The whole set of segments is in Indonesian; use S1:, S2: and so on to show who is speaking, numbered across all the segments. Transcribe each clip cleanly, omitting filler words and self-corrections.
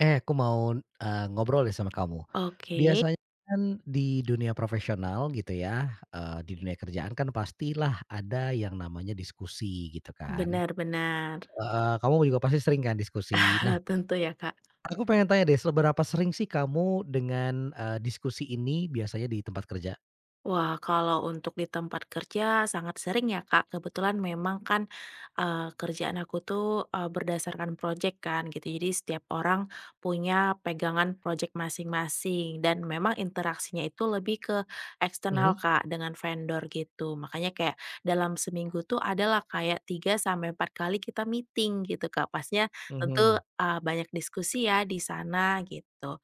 S1: Eh, aku mau, ngobrol deh sama kamu.
S2: Oke,
S1: Biasanya kan di dunia profesional gitu ya, di dunia kerjaan kan pastilah ada yang namanya diskusi gitu kan.
S2: benar benar.
S1: Heeh, kamu juga pasti sering kan diskusi. Nah,
S2: Tentu ya, Kak.
S1: aku pengen tanya deh seberapa sering sih kamu dengan, diskusi ini biasanya di tempat kerja?
S2: Wah, kalau untuk di tempat kerja sangat sering ya, Kak. Kebetulan memang kan, kerjaan aku tuh, berdasarkan project kan gitu. Jadi setiap orang punya pegangan project masing-masing dan memang interaksinya itu lebih ke
S1: Mhm,
S2: eksternal, Kak, dengan vendor gitu. Makanya kayak dalam seminggu tuh adalah kayak 3 sampai 4 kali kita meeting gitu, Kak. Pasnya tentu,
S1: mhm.
S2: banyak diskusi ya di sana gitu.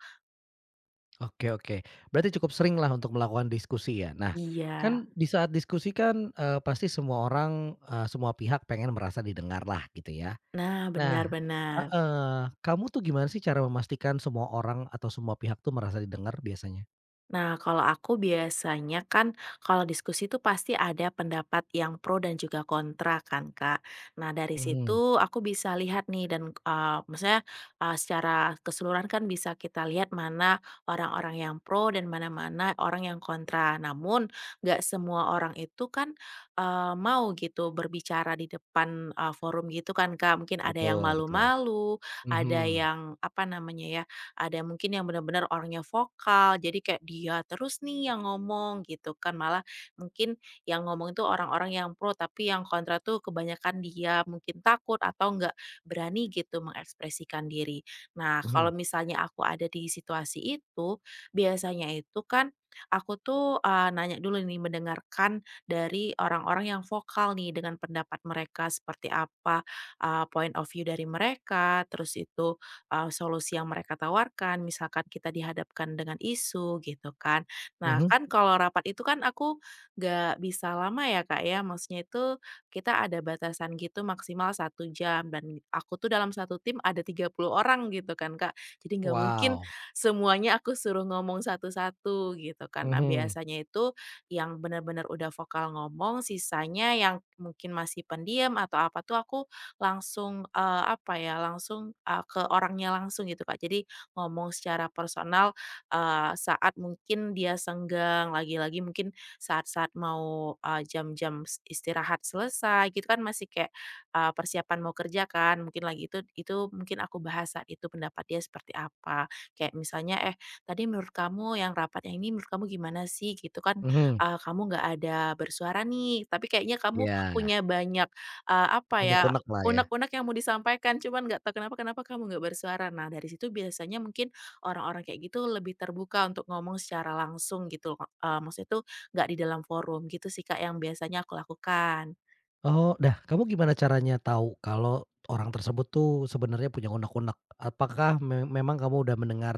S1: Oke, oke. Berarti cukup sering lah untuk melakukan diskusi ya. Nah,
S2: Iya.
S1: kan di saat diskusi kan, pasti semua orang, semua pihak pengen merasa didengar lah gitu ya.
S2: Nah, benar
S1: Nah,
S2: benar.
S1: heeh, kamu tuh gimana sih cara memastikan semua orang atau semua pihak tuh merasa didengar biasanya?
S2: Nah, kalau aku biasanya kan kalau diskusi itu pasti ada pendapat yang pro dan juga kontra kan, Kak. Nah, dari
S1: Mhm,
S2: situ aku bisa lihat nih dan, maksudnya, secara keseluruhan kan bisa kita lihat mana orang-orang yang pro dan mana-mana orang yang kontra. Namun nggak semua orang itu kan, mau gitu berbicara di depan, forum gitu kan, Kak. Mungkin ada yang
S1: betul betul.
S2: malu-malu, ada
S1: Mhm,
S2: yang apa namanya ya, ada yang mungkin yang benar-benar orangnya vokal, jadi kayak dia terus nih yang ngomong gitu kan, malah mungkin yang ngomong itu orang-orang yang pro, tapi yang kontra tuh kebanyakan dia mungkin takut atau nggak berani gitu mengekspresikan diri. Nah, kalau
S1: mhm,
S2: misalnya aku ada di situasi itu, biasanya itu kan aku tuh, nanya dulu nih, mendengarkan dari orang-orang yang vokal nih dengan pendapat mereka seperti apa, point of view dari mereka, terus itu solusi yang mereka tawarkan, misalkan kita dihadapkan dengan isu gitu kan. Nah
S1: mhm.
S2: kan kalau rapat itu kan aku nggak bisa lama ya Kak ya, maksudnya itu kita ada batasan gitu maksimal 1 jam dan aku tuh dalam satu tim ada 30 orang gitu kan Kak, jadi nggak mungkin
S1: Wow,
S2: semuanya aku suruh ngomong satu-satu gitu kan. Nah
S1: mhm,
S2: biasanya itu yang benar-benar udah vokal ngomong, sisanya yang mungkin masih pendiam atau apa tuh aku langsung, apa ya, langsung, ke orangnya langsung gitu, Kak. Jadi ngomong secara personal, saat mungkin dia senggang, lagi-lagi mungkin saat-saat mau, jam-jam s istirahat selesai gitu kan masih kayak, persiapan mau kerja kan, mungkin lagi itu mungkin aku bahas saat itu pendapat dia seperti apa. Kayak misalnya, "Eh, tadi menurut kamu yang rapat yang ini menurut kamu gimana sih?" Gitu kan,
S1: mhm.
S2: "Kamu nggak ada bersuara nih, tapi kayaknya kamu
S1: Iya,
S2: punya banyak," apa ya,
S1: unek-uneklah ya.
S2: unek-unek yang mau disampaikan, cuman nggak tahu kenapa kenapa kamu nggak bersuara. Nah, dari situ biasanya mungkin orang-orang kayak gitu lebih terbuka untuk ngomong secara langsung gitu loh, Kak. Eh, maksudnya tuh nggak di dalam forum gitu sih, Kak, yang biasanya aku lakukan.
S1: Oh, nah kamu gimana caranya tahu kalau orang tersebut tuh sebenarnya punya unek-unek? Apakah memang kamu udah mendengar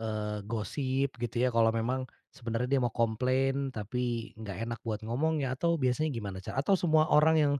S1: Gosip gitu ya kalau memang sebenarnya dia mau komplain tapi nggak enak buat ngomongnya atau biasanya gimana cara? Atau semua orang yang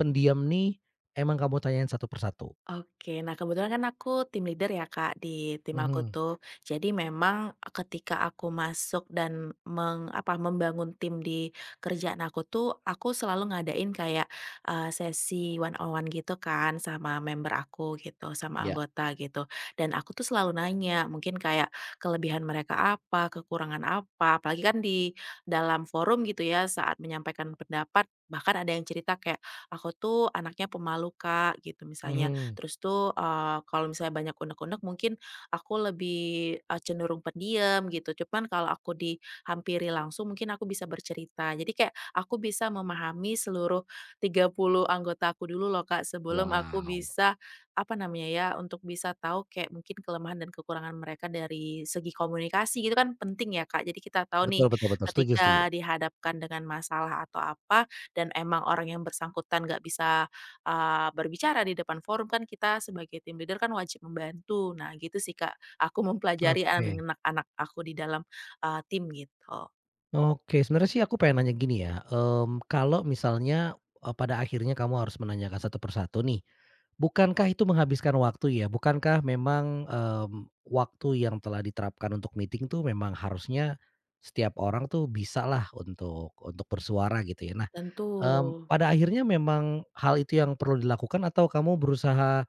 S1: pendiam nih emang kamu tanyain satu persatu?
S2: Oke, nah kebetulan kan aku tim leader ya Kak, di tim aku
S1: Mhm.
S2: tuh. Jadi memang e, ketika aku masuk dan meng, apa, membangun tim di kerjaan aku tuh, aku selalu ngadain kayak sesi one on one gitu kan sama member aku gitu, sama
S1: Ya.
S2: anggota gitu. Dan aku tuh selalu nanya, mungkin kayak kelebihan mereka apa, kekurangan apa, apalagi kan di dalam forum gitu ya saat menyampaikan pendapat, bahkan ada yang cerita kayak aku tuh anaknya pemalu Kak gitu misalnya.
S1: Mhm.
S2: Terus tuh, kalau misalnya banyak unek-unek mungkin aku lebih, cenderung pendiam gitu. Cuman kalau aku dihampiri langsung mungkin aku bisa bercerita. Jadi kayak aku bisa memahami seluruh 30 anggota aku dulu loh, Kak, sebelum aku
S1: Wow.
S2: bisa, apa namanya ya, untuk bisa tahu kayak mungkin kelemahan dan kekurangan mereka dari segi komunikasi gitu kan penting ya, Kak. Jadi kita tahu nih
S1: Betul betul betul, setuju setuju.
S2: ketika dihadapkan dengan masalah atau apa dan emang orang yang bersangkutan nggak bisa berbicara di depan forum kan kita sebagai tim leader kan wajib membantu. Nah gitu sih Kak, aku mempelajari
S1: Oke.
S2: anak-anak aku di dalam, tim gitu.
S1: Oke, sebenarnya sih aku pengen nanya gini ya, kalau misalnya, pada akhirnya kamu harus menanyakan satu persatu nih, bukankah itu menghabiskan waktu ya? Bukankah memang, waktu yang telah diterapkan untuk meeting tuh memang harusnya setiap orang tuh bisa lah untuk bersuara gitu ya. Nah,
S2: Tentu.
S1: pada akhirnya memang hal itu yang perlu dilakukan atau kamu berusaha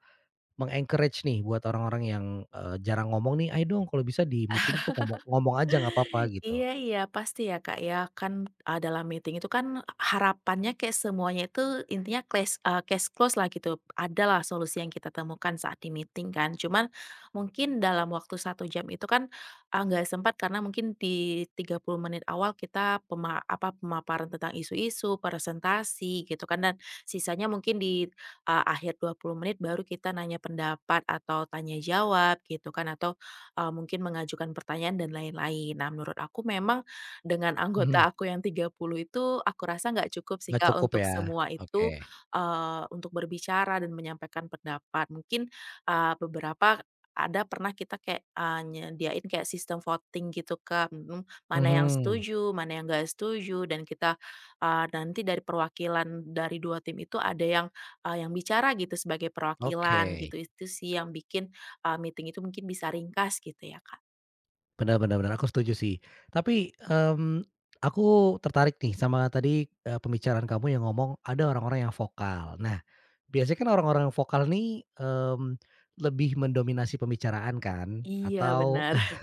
S1: mengencourage nih buat orang-orang yang, jarang ngomong nih, "Ayo dong kalau bisa di meeting tuh ngomong ngomong aja nggak apa-apa," gitu?
S2: Iya iya, pasti ya, Kak, ya. Kan, dalam meeting itu kan harapannya kayak semuanya itu intinya case case close lah gitu. Ada lah solusi yang kita temukan saat di meeting kan. Cuman mungkin dalam waktu 1 jam itu kan, nggak sempat karena mungkin di 30 menit awal kita pemaparan tentang isu-isu, presentasi gitu kan, dan sisanya mungkin di, akhir 20 menit baru kita nanya pendapat atau tanya jawab gitu kan, atau mungkin mengajukan pertanyaan dan lain-lain. Nah, menurut aku memang dengan anggota aku yang 30 itu aku rasa nggak cukup sih,
S1: Nggak
S2: Kak,
S1: cukup
S2: untuk
S1: ya?
S2: semua
S1: Oke.
S2: itu, untuk berbicara dan menyampaikan pendapat. Mungkin, beberapa ada pernah kita kayak, nyediain kayak sistem voting gitu, Kak, mhm, mana yang
S1: Mhm,
S2: setuju, mana yang nggak setuju dan kita, nanti dari perwakilan dari 2 tim itu ada yang, yang bicara gitu sebagai perwakilan
S1: oke.
S2: gitu. Itu sih yang bikin, meeting itu mungkin bisa ringkas gitu ya, Kak?
S1: Benar-benar bener, aku setuju sih. Tapi, mmm, aku tertarik nih sama tadi, pembicaraan kamu yang ngomong ada orang-orang yang vokal. Nah, biasanya kan orang-orang yang vokal nih, mmm, lebih mendominasi pembicaraan kan?
S2: Iya
S1: Atau
S2: benar.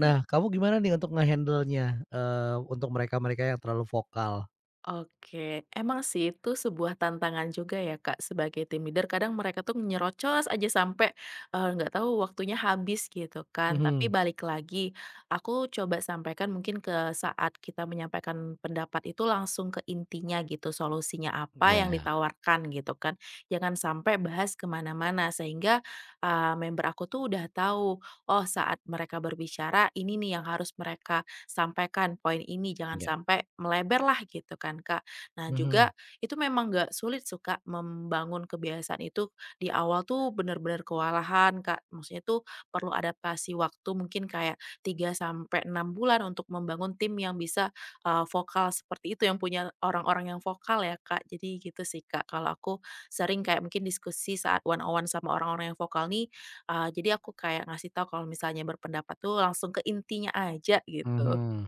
S1: nah, kamu gimana nih untuk nge-handle-nya, untuk mereka-mereka yang terlalu vokal?
S2: Oke, emang sih itu sebuah tantangan juga ya Kak sebagai tim leader kadang mereka tuh nyerocos aja sampai, nggak tahu waktunya habis gitu kan. Tapi
S1: Mhm.
S2: balik lagi, aku coba sampaikan mungkin ke saat kita menyampaikan pendapat itu langsung ke intinya gitu, solusinya apa yang
S1: Iya,
S2: ditawarkan gitu kan. Jangan sampai bahas kemana mana sehingga, member aku tuh udah tahu, oh saat mereka berbicara ini nih yang harus mereka sampaikan poin ini, jangan
S1: iya.
S2: sampai melebar lah gitu kan, Kak. Nah juga
S1: Mhm,
S2: itu memang nggak sulit su Kak, membangun kebiasaan itu di awal tuh bener-bener kewalahan, Kak. Maksudnya tuh perlu adaptasi waktu mungkin kayak 3 sampai 6 bulan untuk membangun tim yang bisa, vokal seperti itu, yang punya orang-orang yang vokal ya, Kak. Jadi gitu sih, Kak, kalau aku sering kayak mungkin diskusi saat one on one sama orang-orang yang vokal nih, jadi aku kayak ngasih tahu kalau misalnya berpendapat tuh langsung ke intinya aja gitu.
S1: mhm.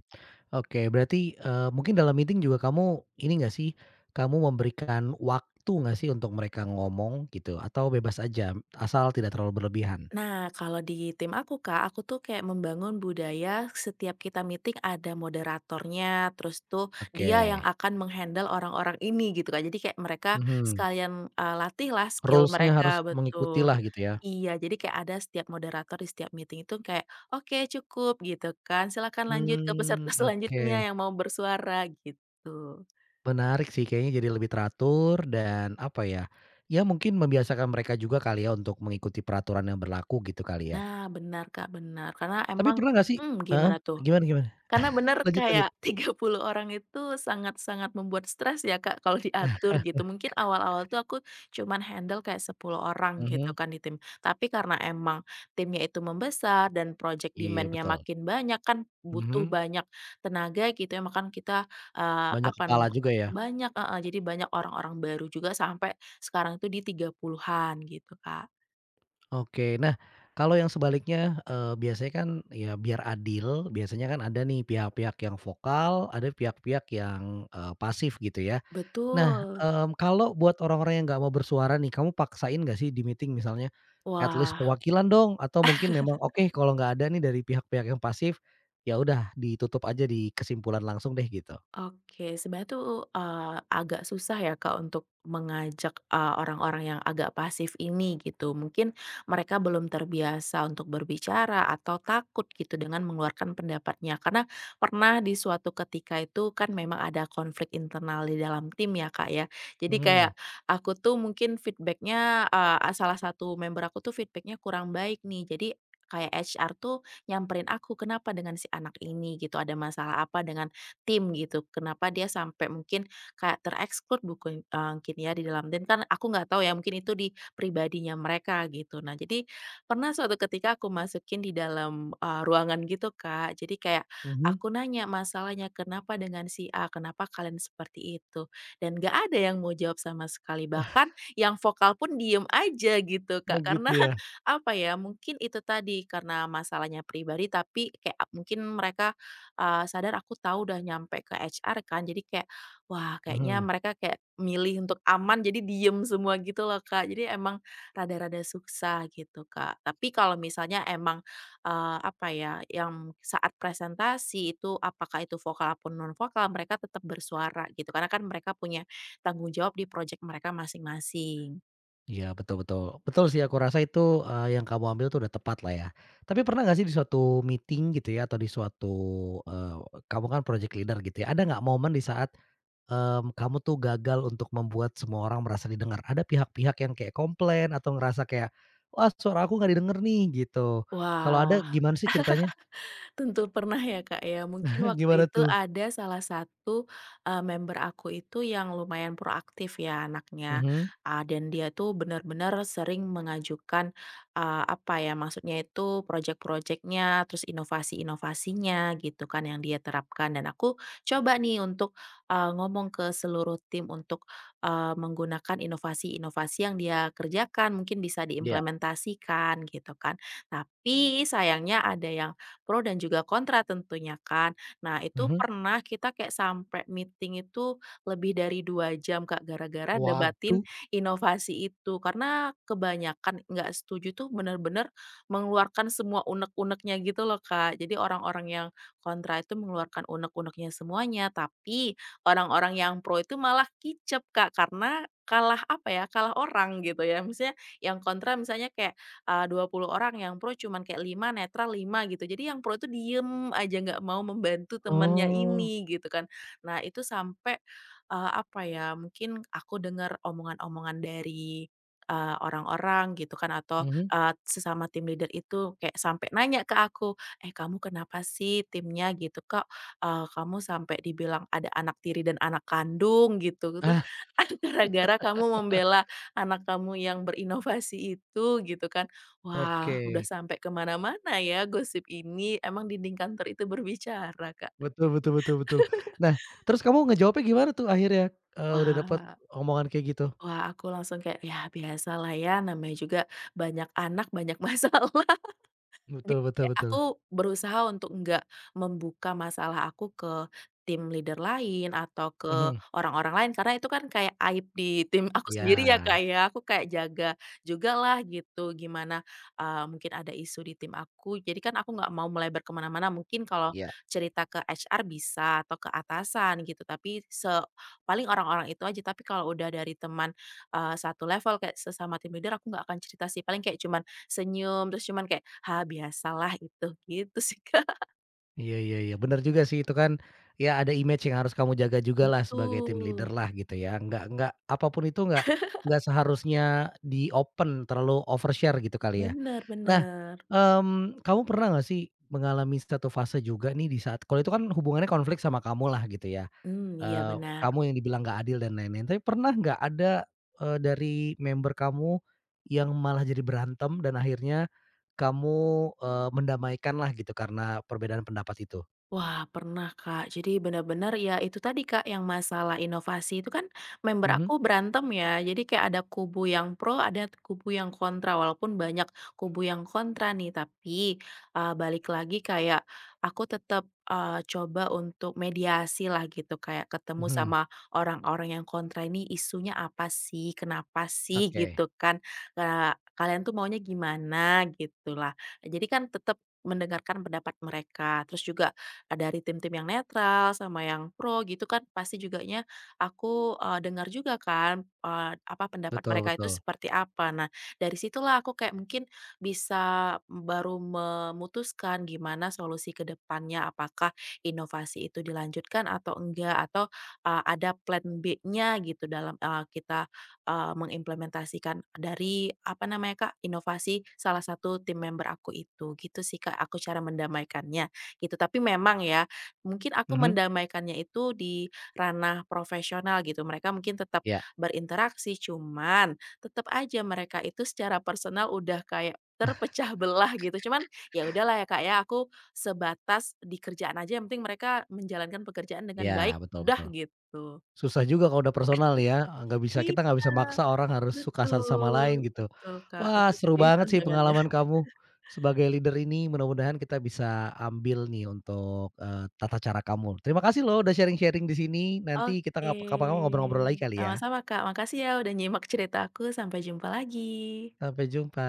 S1: Oke, berarti, mungkin dalam meeting juga kamu ini nggak sih, kamu memberikan waktu nggak sih untuk mereka ngomong gitu atau bebas aja asal tidak terlalu berlebihan?
S2: Nah, kalau di tim aku Kak, aku tuh kayak membangun budaya setiap kita meeting ada moderatornya, terus tuh
S1: Oke,
S2: dia yang akan menghandle orang-orang ini gitu Kak. Jadi kayak mereka
S1: mhm,
S2: sekalian, latih lah skill
S1: rules-nya harus
S2: mereka betul.
S1: mengikutilah gitu ya?
S2: Iya, jadi kayak ada setiap moderator di setiap meeting itu kayak, "Oke cukup," gitu kan, "Silakan lanjut ke peserta
S1: Hmm.
S2: selanjutnya
S1: Oke,
S2: yang mau bersuara," gitu.
S1: menarik sih kayaknya jadi lebih teratur dan apa ya, ya mungkin membiasakan mereka juga kali ya untuk mengikuti peraturan yang berlaku gitu kali ya?
S2: Nah benar Kak, benar. Karena
S1: Tapi
S2: emang
S1: pernah nggak sih
S2: mhm,
S1: heeh,
S2: gimana tuh?
S1: gimana gimana?
S2: Karena bener
S1: Lanjut lanjut.
S2: kayak 30 orang itu sangat-sangat membuat stres ya Kak, kalau diatur gitu. Mungkin awal-awal tuh aku cuman handle kayak 10 orang gitu
S1: Mhm,
S2: kan di tim. Tapi karena emang timnya itu membesar dan project
S1: iya
S2: demand-nya
S1: betul,
S2: makin banyak kan butuh
S1: mhm,
S2: banyak tenaga gitu ya, makan kita,
S1: banyak
S2: apa
S1: kepala
S2: nam
S1: juga ya?
S2: banyak heeh, jadi banyak orang-orang baru juga sampai sekarang itu di 30-an gitu Kak.
S1: Oke. Nah, kalau yang sebaliknya, biasanya kan ya biar adil, biasanya kan ada nih pihak-pihak yang vokal, ada pihak-pihak yang, pasif gitu ya. Nah,
S2: Betul.
S1: kalau buat orang-orang yang nggak mau bersuara nih, kamu paksain nggak sih di meeting misalnya, at least
S2: Wah.
S1: perwakilan dong atau mungkin memang, oke kalau nggak ada nih dari pihak-pihak yang pasif, ya udah ditutup aja di kesimpulan langsung deh gitu?
S2: Oke, sebenarnya tuh, agak susah ya, Kak, untuk mengajak, orang-orang yang agak pasif ini gitu. Mungkin mereka belum terbiasa untuk berbicara atau takut gitu dengan mengeluarkan pendapatnya. Karena pernah di suatu ketika itu kan memang ada konflik internal di dalam tim ya, Kak, ya. Jadi
S1: Mhm.
S2: kayak aku tuh mungkin feedbacknya salah satu member aku tuh feedbacknya kurang baik nih. Jadi kayak HR tuh nyamperin aku, "Kenapa dengan si anak ini?" gitu, "Ada masalah apa dengan tim gitu. Kenapa dia sampai mungkin kayak tereksklud buku mungkin ya di dalam dan kan aku nggak tahu ya mungkin itu di pribadinya mereka gitu. Nah jadi pernah suatu ketika aku masukin di dalam, ruangan gitu Kak. Jadi kayak
S1: Mhm.
S2: aku nanya masalahnya, "Kenapa dengan si A? Kenapa kalian seperti itu?" Dan nggak ada yang mau jawab sama sekali. Bahkan yang vokal pun diem aja gitu
S1: Oh
S2: Kak.
S1: gitu
S2: Karena
S1: ya?
S2: apa ya, mungkin itu tadi karena masalahnya pribadi tapi kayak mungkin mereka sadar aku tahu udah nyampe ke HR kan, jadi kayak, wah kayaknya
S1: Mhm.
S2: mereka kayak milih untuk aman, jadi diem semua gitu loh, Kak. Jadi emang rada-rada susah gitu, Kak. Tapi kalau misalnya emang, apa ya, yang saat presentasi itu apakah itu vokal ataupun non vokal, mereka tetap bersuara gitu, karena kan mereka punya tanggung jawab di project mereka masing-masing.
S1: Iya, betul betul. Betul sih aku rasa itu, yang kamu ambil tuh udah tepat lah ya. Tapi pernah nggak sih di suatu meeting gitu ya atau di suatu, eee, kamu kan project leader gitu ya, ada nggak momen di saat, kamu tuh gagal untuk membuat semua orang merasa didengar? Ada pihak-pihak yang kayak komplain atau ngerasa kayak, "Wah suara aku nggak didengar nih," gitu. Kalau ada
S2: Wah.
S1: gimana sih ceritanya?
S2: Tentu pernah ya, Kak, ya. Mungkin waktu
S1: Gimana
S2: itu
S1: tuh?
S2: ada salah satu, member aku itu yang lumayan proaktif ya anaknya,
S1: Mhm,
S2: dan dia tuh benar-benar sering mengajukan, apa ya, maksudnya itu projek-projeknya, terus inovasi-inovasinya gitu kan yang dia terapkan dan aku coba nih untuk, ngomong ke seluruh tim untuk, menggunakan inovasi-inovasi yang dia kerjakan, mungkin bisa
S1: iya,
S2: diimplementasikan gitu kan. Tapi sayangnya ada yang pro dan juga kontra tentunya kan. Nah, itu
S1: mhm.
S2: pernah kita kayak sampai meeting itu lebih dari 2 jam, Kak, gara-gara debatin
S1: Waduh,
S2: inovasi itu. Karena kebanyakan nggak setuju tuh bener-bener mengeluarkan semua unek-uneknya gitu loh, Kak. Jadi orang-orang yang kontra itu mengeluarkan unek-uneknya semuanya, tapi orang-orang yang pro itu malah kicep, Kak, karena kalah apa ya, kalah orang gitu ya. Misalnya yang kontra misalnya kayak 20 orang, yang pro cuman kayak 5, netral 5 gitu. Jadi yang pro itu diem aja, nggak mau membantu temennya
S1: oh,
S2: ini gitu kan. Nah itu sampai, apa ya, mungkin aku dengar omongan-omongan dari, orang-orang gitu kan atau,
S1: mhm.
S2: sesama tim leader itu kayak sampai nanya ke aku, "Eh kamu kenapa sih timnya gitu kok, kamu sampai dibilang ada anak tiri dan anak kandung gitu tuh,
S1: Ah,
S2: gara-gara kamu membela anak kamu yang berinovasi itu," gitu kan.
S1: oke.
S2: Wah, udah sampai kemana mana-mana ya gosip ini, emang dinding kantor itu berbicara, Kak.
S1: Betul betul betul betul. Nah, terus kamu ngejawabnya gimana tuh akhirnya, udah dapet
S2: Wah
S1: omongan kayak gitu?
S2: wah, aku langsung kayak, ya biasalah ya namanya juga banyak anak, banyak masalah. Jadi
S1: Betul betul
S2: kayak
S1: betul.
S2: aku berusaha untuk nggak membuka masalah aku ke tim leader lain atau ke
S1: Mhm.
S2: orang-orang lain, karena itu kan kayak aib di tim aku
S1: Iya.
S2: sendiri ya, Kak, ya. Aku kayak jaga juga lah gitu gimana, mungkin ada isu di tim aku, jadi kan aku nggak mau melebar ke mana-mana. Mungkin kalau
S1: Iya.
S2: cerita ke HR bisa atau ke atasan gitu, tapi se paling orang-orang itu aja. Tapi kalau udah dari teman, satu level kayak sesama tim leader, aku nggak akan cerita sih, paling kayak cuman senyum, terus cuman kayak, ha biasalah itu." Gitu sih, Kak.
S1: Iya iya iya, bener juga sih itu kan, ya ada image yang harus kamu jaga jugalah sebagai tim
S2: Betul.
S1: leader-lah gitu ya. Nggak apa pun itu nggak seharusnya di-open, terlalu overshare gitu kali ya.
S2: Bener
S1: Nah,
S2: bener.
S1: kamu pernah nggak sih mengalami satu fase juga nih di saat kalau itu kan hubungannya konflik sama kamulah gitu ya.
S2: Mmm, iya benar.
S1: Kamu yang dibilang nggak adil dan lain-lain, tapi pernah nggak ada, dari member kamu yang malah jadi berantem dan akhirnya kamu, mendamaikanlah gitu karena perbedaan pendapat itu?
S2: Wah, pernah, Kak. Jadi benar-benar ya itu tadi, Kak, yang masalah inovasi itu kan member
S1: Mhm
S2: aku berantem ya. Jadi kayak ada kubu yang pro, ada kubu yang kontra. Walaupun banyak kubu yang kontra nih, tapi balik lagi kayak aku tetap coba untuk mediasi lah gitu. Kayak ketemu
S1: mhm,
S2: sama orang-orang yang kontra ini isunya apa sih? Kenapa sih
S1: oke,
S2: gitu kan? Kalian tuh maunya gimana gitu lah. Jadi kan tetap mendengarkan pendapat mereka. Terus juga dari tim-tim yang netral sama yang pro gitu kan pasti juganya aku, dengar juga kan, apa pendapat
S1: betul
S2: mereka itu
S1: betul,
S2: seperti apa. Nah, dari situlah aku kayak mungkin bisa baru memutuskan gimana solusi ke depannya, apakah inovasi itu dilanjutkan atau enggak atau, ada plan B-nya gitu dalam, kita, mengimplementasikan dari apa namanya, Kak, inovasi salah satu tim member aku itu, gitu sih, Kak, aku cara mendamaikannya. Gitu, tapi memang ya, mungkin aku
S1: mhm,
S2: mendamaikannya itu di ranah profesional gitu, mereka mungkin tetap
S1: iya
S2: berinteraksi, cuman tetap aja mereka itu secara personal udah kayak terpecah belah gitu. Cuman ya udahlah ya, Kak, ya, aku sebatas di kerjaan aja, yang penting mereka menjalankan pekerjaan dengan baik,
S1: iya, betul
S2: udah
S1: betul.
S2: gitu.
S1: Susah juga kalau udah personal ya, nggak bisa
S2: Iya,
S1: kita nggak bisa maksa orang harus suka satu sama
S2: betul
S1: lain gitu.
S2: betul, Kak,
S1: Wah,
S2: itu
S1: seru
S2: sih
S1: banget sih
S2: tantangannya.
S1: pengalaman kamu sebagai leader ini, mudah-mudahan kita bisa ambil nih untuk, tata cara kamu. Terima kasih loh udah sharing-sharing di sini, nanti kita
S2: Oke,
S1: kapan-kapan ngobrol-ngobrol lagi kali ya.
S2: sama-sama, Kak, makasih ya udah nyimak ceritaku, sampai jumpa lagi.
S1: Sampai jumpa.